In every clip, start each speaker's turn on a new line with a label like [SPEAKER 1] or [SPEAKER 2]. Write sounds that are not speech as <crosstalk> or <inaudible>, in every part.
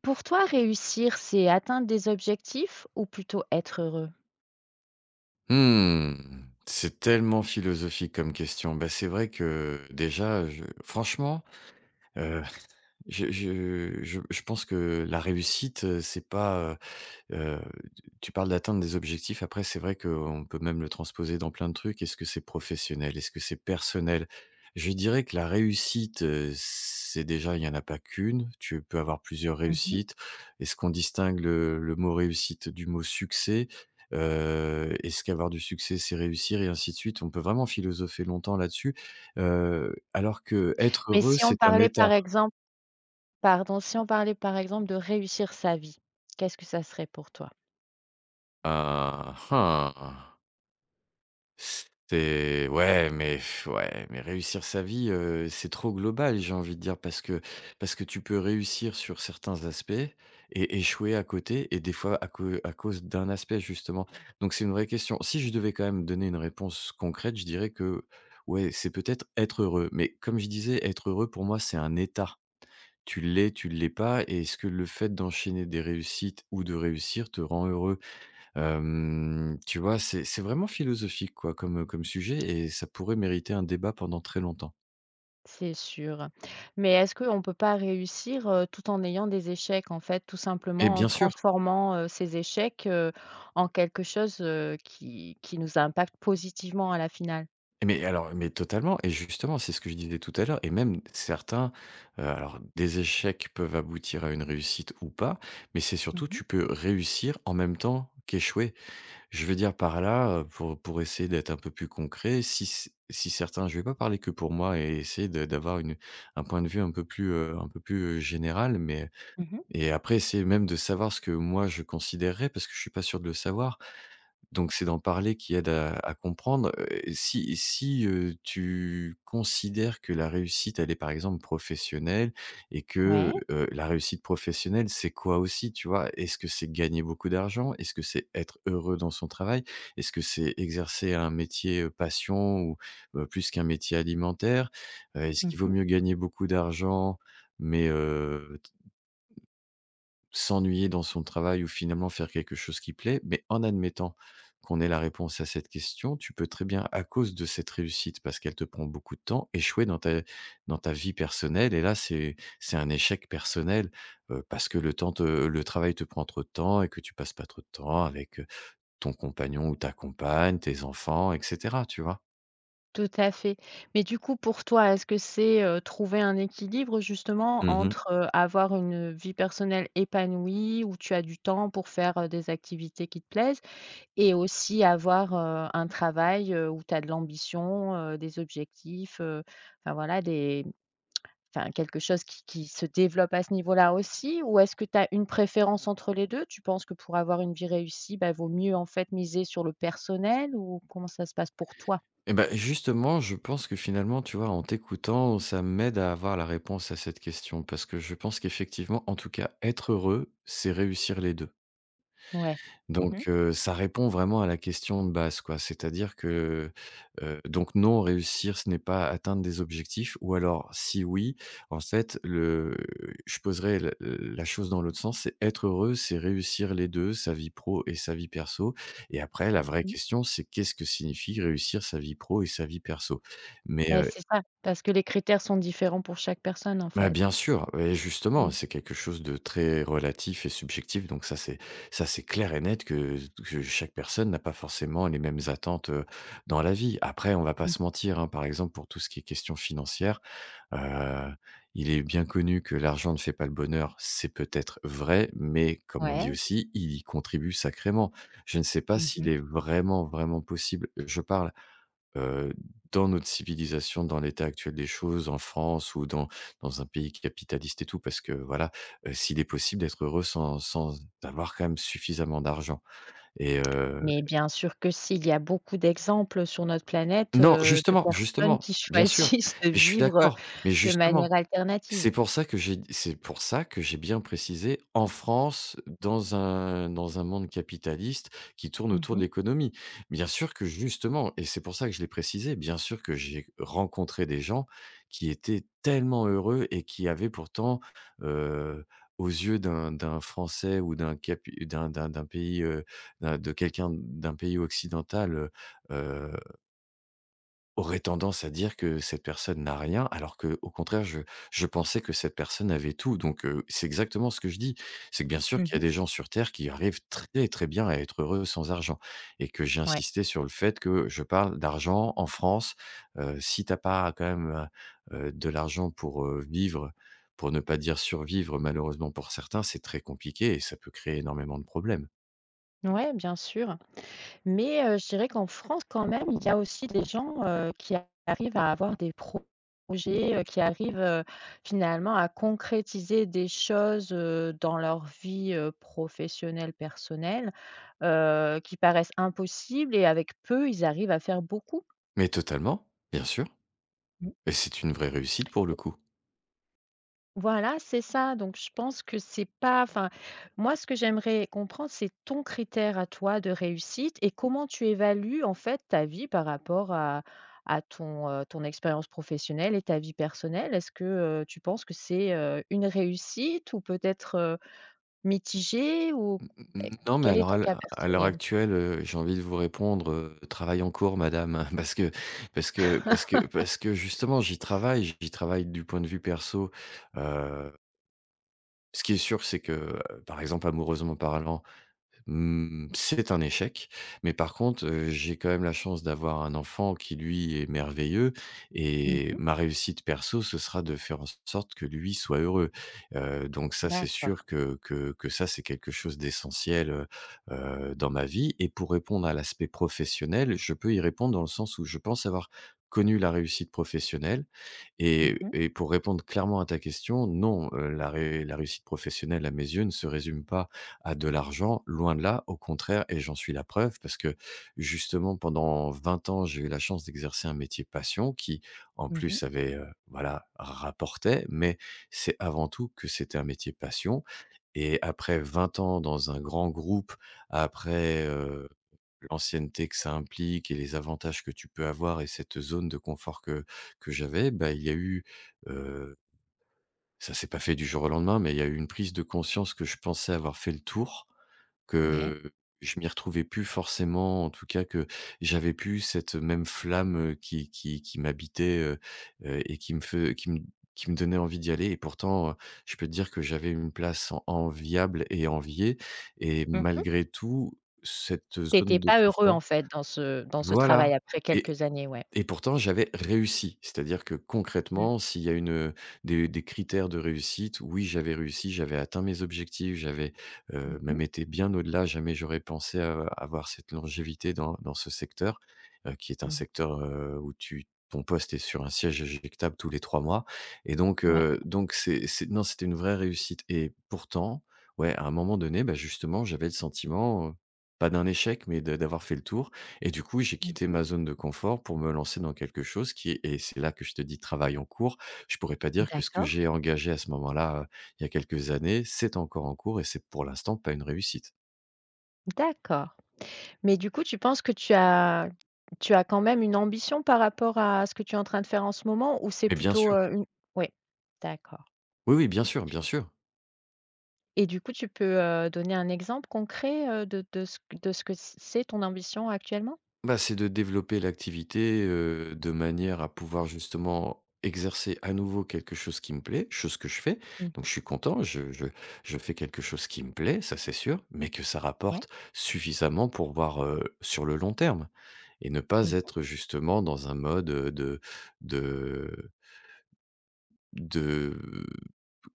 [SPEAKER 1] Pour toi, réussir, c'est atteindre des objectifs ou plutôt être heureux?
[SPEAKER 2] Mmh. C'est tellement philosophique comme question. Bah, c'est vrai que déjà, je franchement, heu, je pense que la réussite, c'est pas, Heu, tu parles d'atteindre des objectifs, après c'est vrai qu'on peut même le transposer dans plein de trucs. Est-ce que c'est professionnel? Est-ce que c'est personnel? Je dirais que la réussite, c'est déjà il y en a pas qu'une, tu peux avoir plusieurs
[SPEAKER 1] Mmh.
[SPEAKER 2] réussites. Est-ce qu'on distingue le mot réussite du mot succès? Est-ce qu'avoir du succès, c'est réussir et ainsi de suite? On peut vraiment philosopher longtemps là-dessus, alors que être
[SPEAKER 1] Mais
[SPEAKER 2] heureux,
[SPEAKER 1] si on
[SPEAKER 2] c'est un
[SPEAKER 1] parlait
[SPEAKER 2] état.
[SPEAKER 1] par exemple si on parlait par exemple de réussir sa vie, qu'est-ce que ça serait pour toi?
[SPEAKER 2] Ah, ah! C'est ouais, mais pff, ouais, mais réussir sa vie, c'est trop global, j'ai envie de dire, parce que tu peux réussir sur certains aspects et échouer à côté et des fois à cause d'un aspect justement. Donc c'est une vraie question. Si je devais quand même donner une réponse concrète, je dirais que, ouais, c'est peut-être être heureux. Mais comme je disais, être heureux pour moi, c'est un état. Tu l'es, tu ne l'es pas et est-ce que le fait d'enchaîner des réussites ou de réussir te rend heureux? Tu vois, c'est vraiment philosophique quoi comme sujet et ça pourrait mériter un débat pendant très longtemps.
[SPEAKER 1] C'est sûr. Mais est-ce qu'on ne peut pas réussir, tout en ayant des échecs en fait, tout
[SPEAKER 2] Et
[SPEAKER 1] simplement en
[SPEAKER 2] bien sûr,
[SPEAKER 1] transformant, ces échecs, en quelque chose, qui nous impacte positivement à la finale?
[SPEAKER 2] mais alors mais totalement et justement, c'est ce que je disais tout à l'heure et même certains, alors des échecs peuvent aboutir à une réussite ou pas, mais c'est
[SPEAKER 1] Mmh
[SPEAKER 2] surtout
[SPEAKER 1] mh.
[SPEAKER 2] tu peux réussir en même temps qu'échouer. Je veux dire par là, pour essayer d'être un peu plus concret, si certains je vais pas parler que pour moi et essayer de d'avoir une un point de vue un peu plus, général, mais
[SPEAKER 1] Mmh.
[SPEAKER 2] et après, essayer même de savoir ce que moi je considérerais, parce que je suis pas sûr de le savoir. Donc c'est d'en parler qui aide à comprendre, et si, tu considères que la réussite, elle est par exemple professionnelle et que,
[SPEAKER 1] Ouais.
[SPEAKER 2] la réussite professionnelle, c'est quoi aussi, tu vois? Est-ce que c'est gagner beaucoup d'argent? Est-ce que c'est être heureux dans son travail? Est-ce que c'est exercer un métier, passion ou, plus qu'un métier alimentaire? Est-ce qu'il vaut
[SPEAKER 1] Mmh.
[SPEAKER 2] mieux gagner beaucoup d'argent mais, s'ennuyer dans son travail ou finalement faire quelque chose qui plaît, mais en admettant qu'on ait la réponse à cette question, tu peux très bien, à cause de cette réussite, parce qu'elle te prend beaucoup de temps, échouer dans ta vie personnelle et là, c'est un échec personnel, parce que le travail te prend trop de temps et que tu passes pas trop de temps avec, ton compagnon ou ta compagne, tes enfants et cetera, tu vois?
[SPEAKER 1] Tout à fait. Mais du coup, pour toi, est-ce que c'est, trouver un équilibre justement entre, avoir une vie personnelle épanouie, où tu as du temps pour faire, des activités qui te plaisent et aussi avoir, un travail, où tu as de l'ambition, des objectifs, enfin voilà des enfin quelque chose qui se développe à ce niveau-là aussi? Ou est-ce que tu as une préférence entre les deux? Tu penses que pour avoir une vie réussie, bah, vaut mieux en fait miser sur le personnel, ou comment ça se passe pour toi?
[SPEAKER 2] Et ben justement, je pense que finalement, tu vois, en t'écoutant, ça m'aide à avoir la réponse à cette question. Parce que je pense qu'effectivement, en tout cas, être heureux, c'est réussir les 2.
[SPEAKER 1] Ouais. Mmh.
[SPEAKER 2] Donc ça répond vraiment à la question de base, quoi. C'est-à-dire que, donc non, réussir, ce n'est pas atteindre des objectifs ou alors si oui, en fait, le je poserais la chose dans l'autre sens, c'est être heureux, c'est réussir les 2 sa vie pro et sa vie perso et après la vraie question, c'est qu'est-ce que signifie réussir sa vie pro et sa vie perso? Mais
[SPEAKER 1] Beh, c'est ça, parce que les critères sont différents pour chaque personne, en
[SPEAKER 2] bah,
[SPEAKER 1] fait.
[SPEAKER 2] bien sûr et justement,
[SPEAKER 1] Mmh
[SPEAKER 2] c'est quelque chose de très relatif et subjectif donc ça c'est clair et net que chaque personne n'a pas forcément les mêmes attentes, dans la vie. Après on va pas
[SPEAKER 1] mh.
[SPEAKER 2] se mentir, hein, par exemple pour tout ce qui est question financière, heu, il est bien connu que l'argent ne fait pas le bonheur, c'est peut-être vrai, mais comme on dit
[SPEAKER 1] Ouais.
[SPEAKER 2] aussi, il y contribue sacrément. Je ne sais pas
[SPEAKER 1] Mmh
[SPEAKER 2] s'il
[SPEAKER 1] mh.
[SPEAKER 2] est vraiment, vraiment possible, je parle heu, dans notre civilisation, dans l'état actuel des choses, en France ou dans un pays capitaliste et tout, parce que voilà, s'il est possible d'être heureux sans avoir quand même suffisamment d'argent et
[SPEAKER 1] Mais bien sûr que si, il y a beaucoup d'exemples sur notre planète,
[SPEAKER 2] non,
[SPEAKER 1] de personnes
[SPEAKER 2] justement,
[SPEAKER 1] qui <laughs>
[SPEAKER 2] bien sûr,
[SPEAKER 1] choisissent de
[SPEAKER 2] mais je suis
[SPEAKER 1] vivre,
[SPEAKER 2] d'accord, mais
[SPEAKER 1] de
[SPEAKER 2] justement.
[SPEAKER 1] manière alternative.
[SPEAKER 2] C'est pour ça que j'ai bien précisé en France, dans un monde capitaliste qui tourne
[SPEAKER 1] Mmh
[SPEAKER 2] autour de
[SPEAKER 1] mh.
[SPEAKER 2] l'économie. Bien sûr que justement et c'est pour ça que je l'ai précisé, bien sûr que j'ai rencontré des gens qui étaient tellement heureux et qui avaient pourtant, heu, aux yeux d'un Français ou d'un pays, d'un de quelqu'un d'un pays occidental, aurait tendance à dire que cette personne n'a rien, alors que au contraire, je pensais que cette personne avait tout. Donc, c'est exactement ce que je dis. C'est que bien
[SPEAKER 1] Mmh
[SPEAKER 2] sûr qu'il y a
[SPEAKER 1] mh.
[SPEAKER 2] des gens sur terre qui arrivent très, très bien à être heureux sans argent et que j'ai
[SPEAKER 1] Ouais.
[SPEAKER 2] insisté sur le fait que je parle d'argent en France. Si t'as pas quand même, de l'argent pour, vivre, pour ne pas dire survivre malheureusement pour certains, c'est très compliqué et ça peut créer énormément de problèmes.
[SPEAKER 1] Ouais, bien sûr, mais je dirais qu'en France, quand même, il y a aussi des gens, qui arrivent à avoir des projets, qui arrivent, finalement à concrétiser des choses, dans leur vie, professionnelle, personnelle. Qui paraissent impossibles et avec peu, ils arrivent à faire beaucoup.
[SPEAKER 2] Mais totalement, bien sûr
[SPEAKER 1] Mmh.
[SPEAKER 2] et c'est une vraie réussite pour le coup.
[SPEAKER 1] Voilà, c'est ça, donc je pense que c'est pas enfin, moi, ce que j'aimerais comprendre, c'est ton critère à toi de réussite et comment tu évalues, en fait, ta vie par rapport à ton expérience professionnelle et ta vie personnelle. Est-ce que, tu penses que c'est, une réussite ou peut-être, mitigée ou et
[SPEAKER 2] Non, mais
[SPEAKER 1] quel est
[SPEAKER 2] alors
[SPEAKER 1] ton cas
[SPEAKER 2] à l'heure
[SPEAKER 1] personnel?
[SPEAKER 2] actuelle, j'ai envie de vous répondre, «Travail en cours madame», <laughs> hein, parce que parce que justement j'y travaille du point de vue perso. Heu, ce qui est sûr, c'est que, par exemple amoureusement parlant, Mmh, c'est un échec, mais par contre, j'ai quand même la chance d'avoir un enfant qui, lui, est merveilleux
[SPEAKER 1] Mmh
[SPEAKER 2] et
[SPEAKER 1] mh.
[SPEAKER 2] ma réussite perso, ce sera de faire en sorte que lui soit heureux. Donc ça, c'est sûr
[SPEAKER 1] D'accord.
[SPEAKER 2] que ça, c'est quelque chose d'essentiel, dans ma vie et pour répondre à l'aspect professionnel, je peux y répondre dans le sens où je pense avoir connu la réussite professionnelle
[SPEAKER 1] Mmh mh.
[SPEAKER 2] et pour répondre clairement à ta question, non, la réussite professionnelle, à mes yeux, ne se résume pas à de l'argent, loin de là, au contraire et j'en suis la preuve parce que justement pendant 20 ans, j'ai eu la chance d'exercer un métier passion qui, en
[SPEAKER 1] Mmh mh.
[SPEAKER 2] plus, avait, voilà, rapportait, mais c'est avant tout que c'était un métier passion et après 20 ans dans un grand groupe, après, l'ancienneté que ça implique et les avantages que tu peux avoir et cette zone de confort que j'avais, bah, il y a eu, heu, ça s'est pas fait du jour au lendemain, mais il y a eu une prise de conscience que je pensais avoir fait le tour
[SPEAKER 1] Ouais.
[SPEAKER 2] que je m'y retrouvais plus forcément, en tout cas que j'avais plus cette même flamme, qui m'habitait, et qui me donnait envie d'y aller et pourtant, je peux te dire que j'avais une place en enviable et enviée et
[SPEAKER 1] Mmh mh.
[SPEAKER 2] malgré tout, cette
[SPEAKER 1] Tu
[SPEAKER 2] zone
[SPEAKER 1] étais
[SPEAKER 2] de
[SPEAKER 1] pas heureux, en
[SPEAKER 2] confort.
[SPEAKER 1] fait, dans ce
[SPEAKER 2] Voilà.
[SPEAKER 1] travail après quelques années, ouais.
[SPEAKER 2] Et pourtant, j'avais réussi. C'est-à-dire que
[SPEAKER 1] Mmh.
[SPEAKER 2] concrètement, s'il y a une, des critères de réussite, oui, j'avais réussi, j'avais atteint mes objectifs, j'avais,
[SPEAKER 1] Mmh mh.
[SPEAKER 2] même été bien au-delà. Jamais j'aurais pensé à avoir cette longévité dans ce secteur, qui est un
[SPEAKER 1] Mmh mh.
[SPEAKER 2] secteur, où tu ton poste est sur un siège éjectable tous les 3 mois et
[SPEAKER 1] Ouais.
[SPEAKER 2] donc c'est non, c'était une vraie réussite et pourtant, ouais, à un moment donné, bah, justement, j'avais le sentiment, pas d'un échec, mais de d'avoir fait le tour et du coup, j'ai
[SPEAKER 1] Mmh
[SPEAKER 2] quitté ma
[SPEAKER 1] mh.
[SPEAKER 2] zone de confort pour me lancer dans quelque chose qui et c'est là que je te dis travail en cours. Je pourrais pas dire que ce que
[SPEAKER 1] D'accord,
[SPEAKER 2] j'ai engagé à ce moment-là, il y a quelques années, c'est encore en cours et c'est pour l'instant pas une réussite.
[SPEAKER 1] d'accord. Mais du coup, tu penses que tu as quand même une ambition par rapport à ce que tu es en train de faire en ce moment, ou c'est
[SPEAKER 2] Mais bien
[SPEAKER 1] plutôt,
[SPEAKER 2] sûr,
[SPEAKER 1] une ouais, d'accord.
[SPEAKER 2] oui, oui, bien sûr, bien sûr.
[SPEAKER 1] Et du coup, tu peux, donner un exemple concret, de ce que c'est ton ambition actuellement?
[SPEAKER 2] Bah, c'est de développer l'activité, de manière à pouvoir justement exercer à nouveau quelque chose qui me plaît, chose que je fais.
[SPEAKER 1] Mmh.
[SPEAKER 2] Donc je suis content, je fais quelque chose qui me plaît, ça c'est sûr, mais que ça
[SPEAKER 1] Ouais.
[SPEAKER 2] rapporte suffisamment pour voir, sur le long terme. Et ne pas
[SPEAKER 1] Mmh.
[SPEAKER 2] être justement dans un mode, de de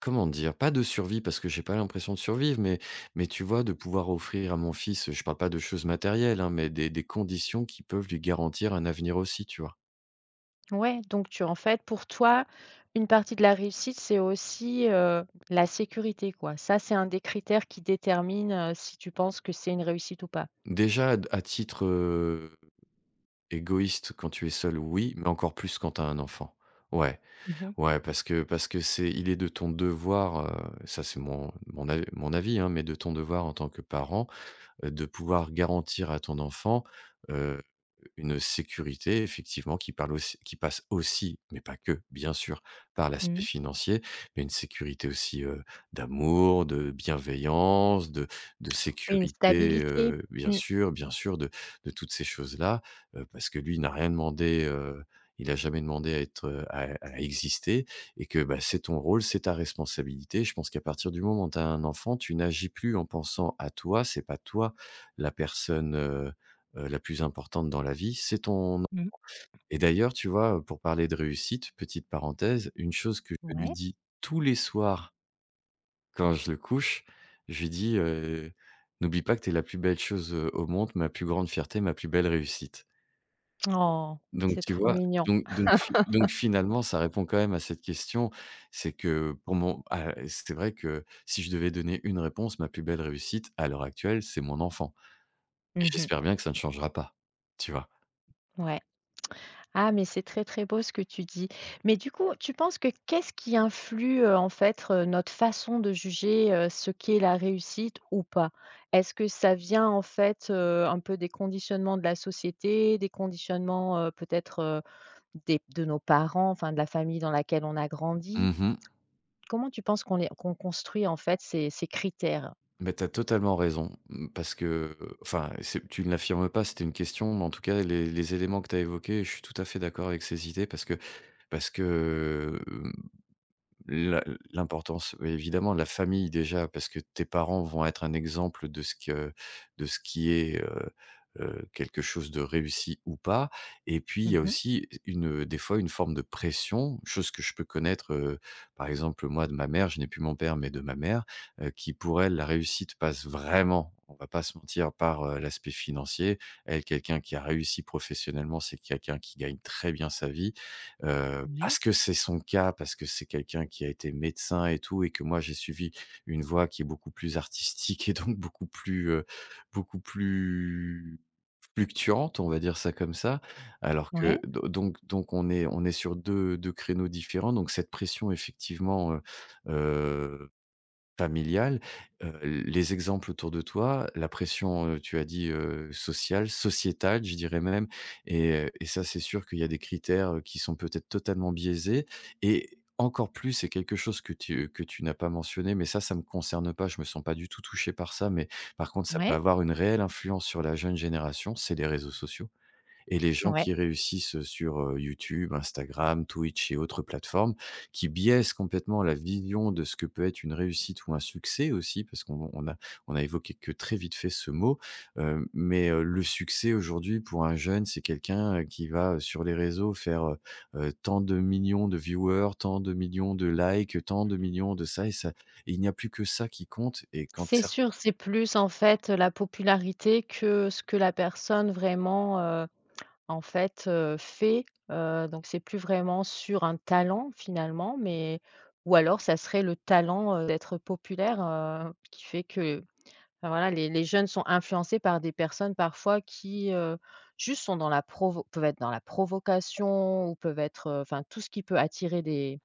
[SPEAKER 2] comment dire? Pas de survie parce que j'ai pas l'impression de survivre, mais tu vois, de pouvoir offrir à mon fils, je parle pas de choses matérielles, hein, mais des conditions qui peuvent lui garantir un avenir aussi, tu vois?
[SPEAKER 1] Ouais, donc tu en fait, pour toi, une partie de la réussite, c'est aussi, la sécurité, quoi. Ça, c'est un des critères qui détermine, si tu penses que c'est une réussite ou pas?
[SPEAKER 2] Déjà à titre, égoïste quand tu es seul, oui, mais encore plus quand tu as un enfant. Ouais,
[SPEAKER 1] Mmh mh.
[SPEAKER 2] ouais, parce que c'est il est de ton devoir, ça c'est mon mon a mon avis, hein, mais de ton devoir en tant que parent, de pouvoir garantir à ton enfant, heu, une sécurité effectivement qui passe aussi, mais pas que, bien sûr, par l'aspect
[SPEAKER 1] Mmh.
[SPEAKER 2] financier, mais une sécurité aussi, d'amour, de bienveillance, de
[SPEAKER 1] Oui, une
[SPEAKER 2] sécurité,
[SPEAKER 1] stabilité. Mmh.
[SPEAKER 2] bien sûr, de toutes ces choses-là, parce que lui, il n'a rien demandé, il a jamais demandé à être, à exister et que, bah, c'est ton rôle, c'est ta responsabilité. Je pense qu'à partir du moment où tu as un enfant, tu n'agis plus en pensant à toi, c'est pas toi la personne, la plus importante dans la vie, c'est ton...
[SPEAKER 1] Mmh.
[SPEAKER 2] Et d'ailleurs, tu vois, pour parler de réussite, petite parenthèse, une chose que je lui
[SPEAKER 1] Ouais.
[SPEAKER 2] dis tous les soirs quand je le couche, je lui dis, «N'oublie pas que tu es la plus belle chose, au monde, ma plus grande fierté, ma plus belle réussite».
[SPEAKER 1] Oh,
[SPEAKER 2] Donc
[SPEAKER 1] c'est
[SPEAKER 2] tu
[SPEAKER 1] trop
[SPEAKER 2] vois?
[SPEAKER 1] mignon.
[SPEAKER 2] Donc finalement, ça répond quand même à cette question, c'est que pour mon... Ah, c'est vrai que si je devais donner une réponse, ma plus belle réussite à l'heure actuelle, c'est mon enfant et
[SPEAKER 1] Mmh.
[SPEAKER 2] j'espère bien que ça ne changera pas, tu vois?
[SPEAKER 1] Ouais. Ah, mais c'est très, très beau ce que tu dis. Mais du coup, tu penses que qu'est-ce qui influe, en fait, notre façon de juger, ce qu'est la réussite ou pas? Est-ce que ça vient, en fait, un peu des conditionnements de la société, des conditionnements, peut-être, des de nos parents, enfin de la famille dans laquelle on a grandi?
[SPEAKER 2] Mmh.
[SPEAKER 1] Comment tu penses qu'on construit, en fait, ces critères?
[SPEAKER 2] Mais tu as totalement raison, mmh, parce que, enfin, c'est... Tu ne l'affirmes pas, c'était une question, mais en tout cas, les éléments que tu as évoqués, je suis tout à fait d'accord avec ces idées parce que parce que, euh, La l'importance, oui, évidemment, de la famille déjà, parce que tes parents vont être un exemple de ce que... De ce qui est, quelque chose de réussi ou pas, et puis il y a
[SPEAKER 1] Mmh.
[SPEAKER 2] aussi une, des fois une forme de pression, chose que je peux connaître, par exemple, moi, de ma mère, je n'ai plus mon père, mais de ma mère, qui pour elle, la réussite passe vraiment, on va pas se mentir, par, l'aspect financier. Elle, quelqu'un qui a réussi professionnellement, c'est quelqu'un qui gagne très bien sa vie.
[SPEAKER 1] Ouais,
[SPEAKER 2] Parce que c'est son cas, parce que c'est quelqu'un qui a été médecin et tout, et que moi j'ai suivi une voie qui est beaucoup plus artistique et donc beaucoup plus, beaucoup plus fluctuante, on va dire ça comme ça. Alors
[SPEAKER 1] ouais,
[SPEAKER 2] que do donc on est sur deux créneaux différents, donc cette pression effectivement, familial, heu, les exemples autour de toi, la pression, tu as dit, sociale, sociétale, je dirais même, et ça, c'est sûr qu'il y a des critères, qui sont peut-être totalement biaisés, et encore plus, c'est quelque chose que tu n'as pas mentionné, mais ça me concerne pas, je me sens pas du tout touché par ça, mais par contre, ça peut
[SPEAKER 1] ouais,
[SPEAKER 2] avoir une réelle influence sur la jeune génération, c'est les réseaux sociaux et les gens
[SPEAKER 1] ouais.
[SPEAKER 2] qui réussissent, sur, YouTube, Instagram, Twitch et autres plateformes, qui biaisent complètement la vision de ce que peut être une réussite ou un succès aussi, parce qu'on a évoqué que très vite fait ce mot, mais, le succès aujourd'hui pour un jeune, c'est quelqu'un, qui va, sur les réseaux faire, tant de millions de viewers, tant de millions de likes, tant de millions de ça et ça, et il n'y a plus que ça qui compte, et quand
[SPEAKER 1] C'est
[SPEAKER 2] cer...
[SPEAKER 1] sûr, c'est plus en fait, la popularité que ce que la personne vraiment, en fait, fait. Donc c'est plus vraiment sur un talent finalement, mais ou alors ça serait le talent, d'être populaire, qui fait que, enfin voilà, les jeunes sont influencés par des personnes parfois qui, juste sont dans la provo peuvent être dans la provocation ou peuvent être, enfin tout ce qui peut attirer des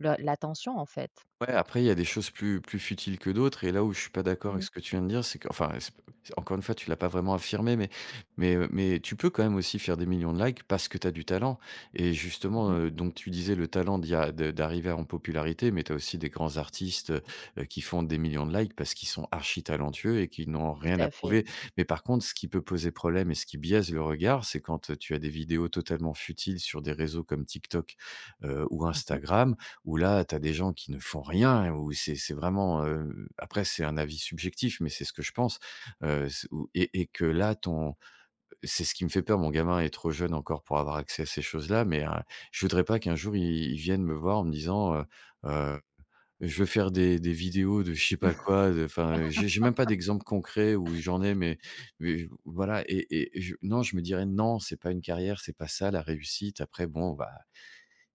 [SPEAKER 1] le l'attention en fait.
[SPEAKER 2] Ouais, après, il y a des choses plus futiles que d'autres, et là où je suis pas d'accord avec
[SPEAKER 1] Mmh.
[SPEAKER 2] ce que tu viens de dire, c'est qu'enfin, c'est encore une fois, tu l'as pas vraiment affirmé, mais mais tu peux quand même aussi faire des millions de likes parce que tu as du talent, et justement,
[SPEAKER 1] Mmh.
[SPEAKER 2] donc tu disais le talent d'y a de d'arriver en popularité, mais tu as aussi des grands artistes, qui font des millions de likes parce qu'ils sont archi talentueux et qu'ils n'ont
[SPEAKER 1] Tout
[SPEAKER 2] rien à
[SPEAKER 1] à fait.
[SPEAKER 2] prouver. Mais par contre, ce qui peut poser problème et ce qui biaise le regard, c'est quand, tu as des vidéos totalement futiles sur des réseaux comme TikTok, ou
[SPEAKER 1] Mmh.
[SPEAKER 2] Instagram, où là, tu as des gens qui ne font rien, où c'est vraiment, heu... Après c'est un avis subjectif, mais c'est ce que je pense, c ou et que là, ton... C'est ce qui me fait peur, mon gamin est trop jeune encore pour avoir accès à ces choses-là, mais je voudrais pas qu'un jour, il vienne me voir en me disant, heu: «Je veux faire des vidéos de je sais pas
[SPEAKER 1] <laughs>
[SPEAKER 2] quoi», de... Enfin, j'ai même pas d'exemple concret où j'en ai, mais voilà, et je non, je me dirais: «Non, c'est pas une carrière, c'est pas ça la réussite». Après bon, bah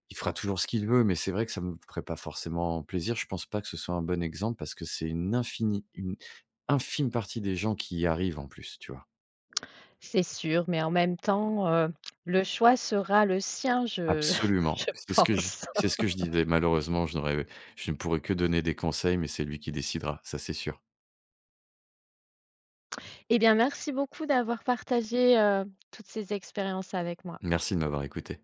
[SPEAKER 2] il fera toujours ce qu'il veut, mais c'est vrai que ça me ferait pas forcément plaisir. Je pense pas que ce soit un bon exemple parce que c'est une infinie une infime partie des gens qui y arrivent en plus, tu vois?
[SPEAKER 1] C'est sûr, mais en même temps, le choix sera le sien, je <laughs>
[SPEAKER 2] Absolument.
[SPEAKER 1] je
[SPEAKER 2] C'est ce que je...
[SPEAKER 1] pense.
[SPEAKER 2] C'est ce que je disais. Malheureusement, je ne pourrais que donner des conseils, mais c'est lui qui décidera, ça c'est sûr.
[SPEAKER 1] Eh bien, merci beaucoup d'avoir partagé, toutes ces expériences avec moi.
[SPEAKER 2] Merci de m'avoir écouté.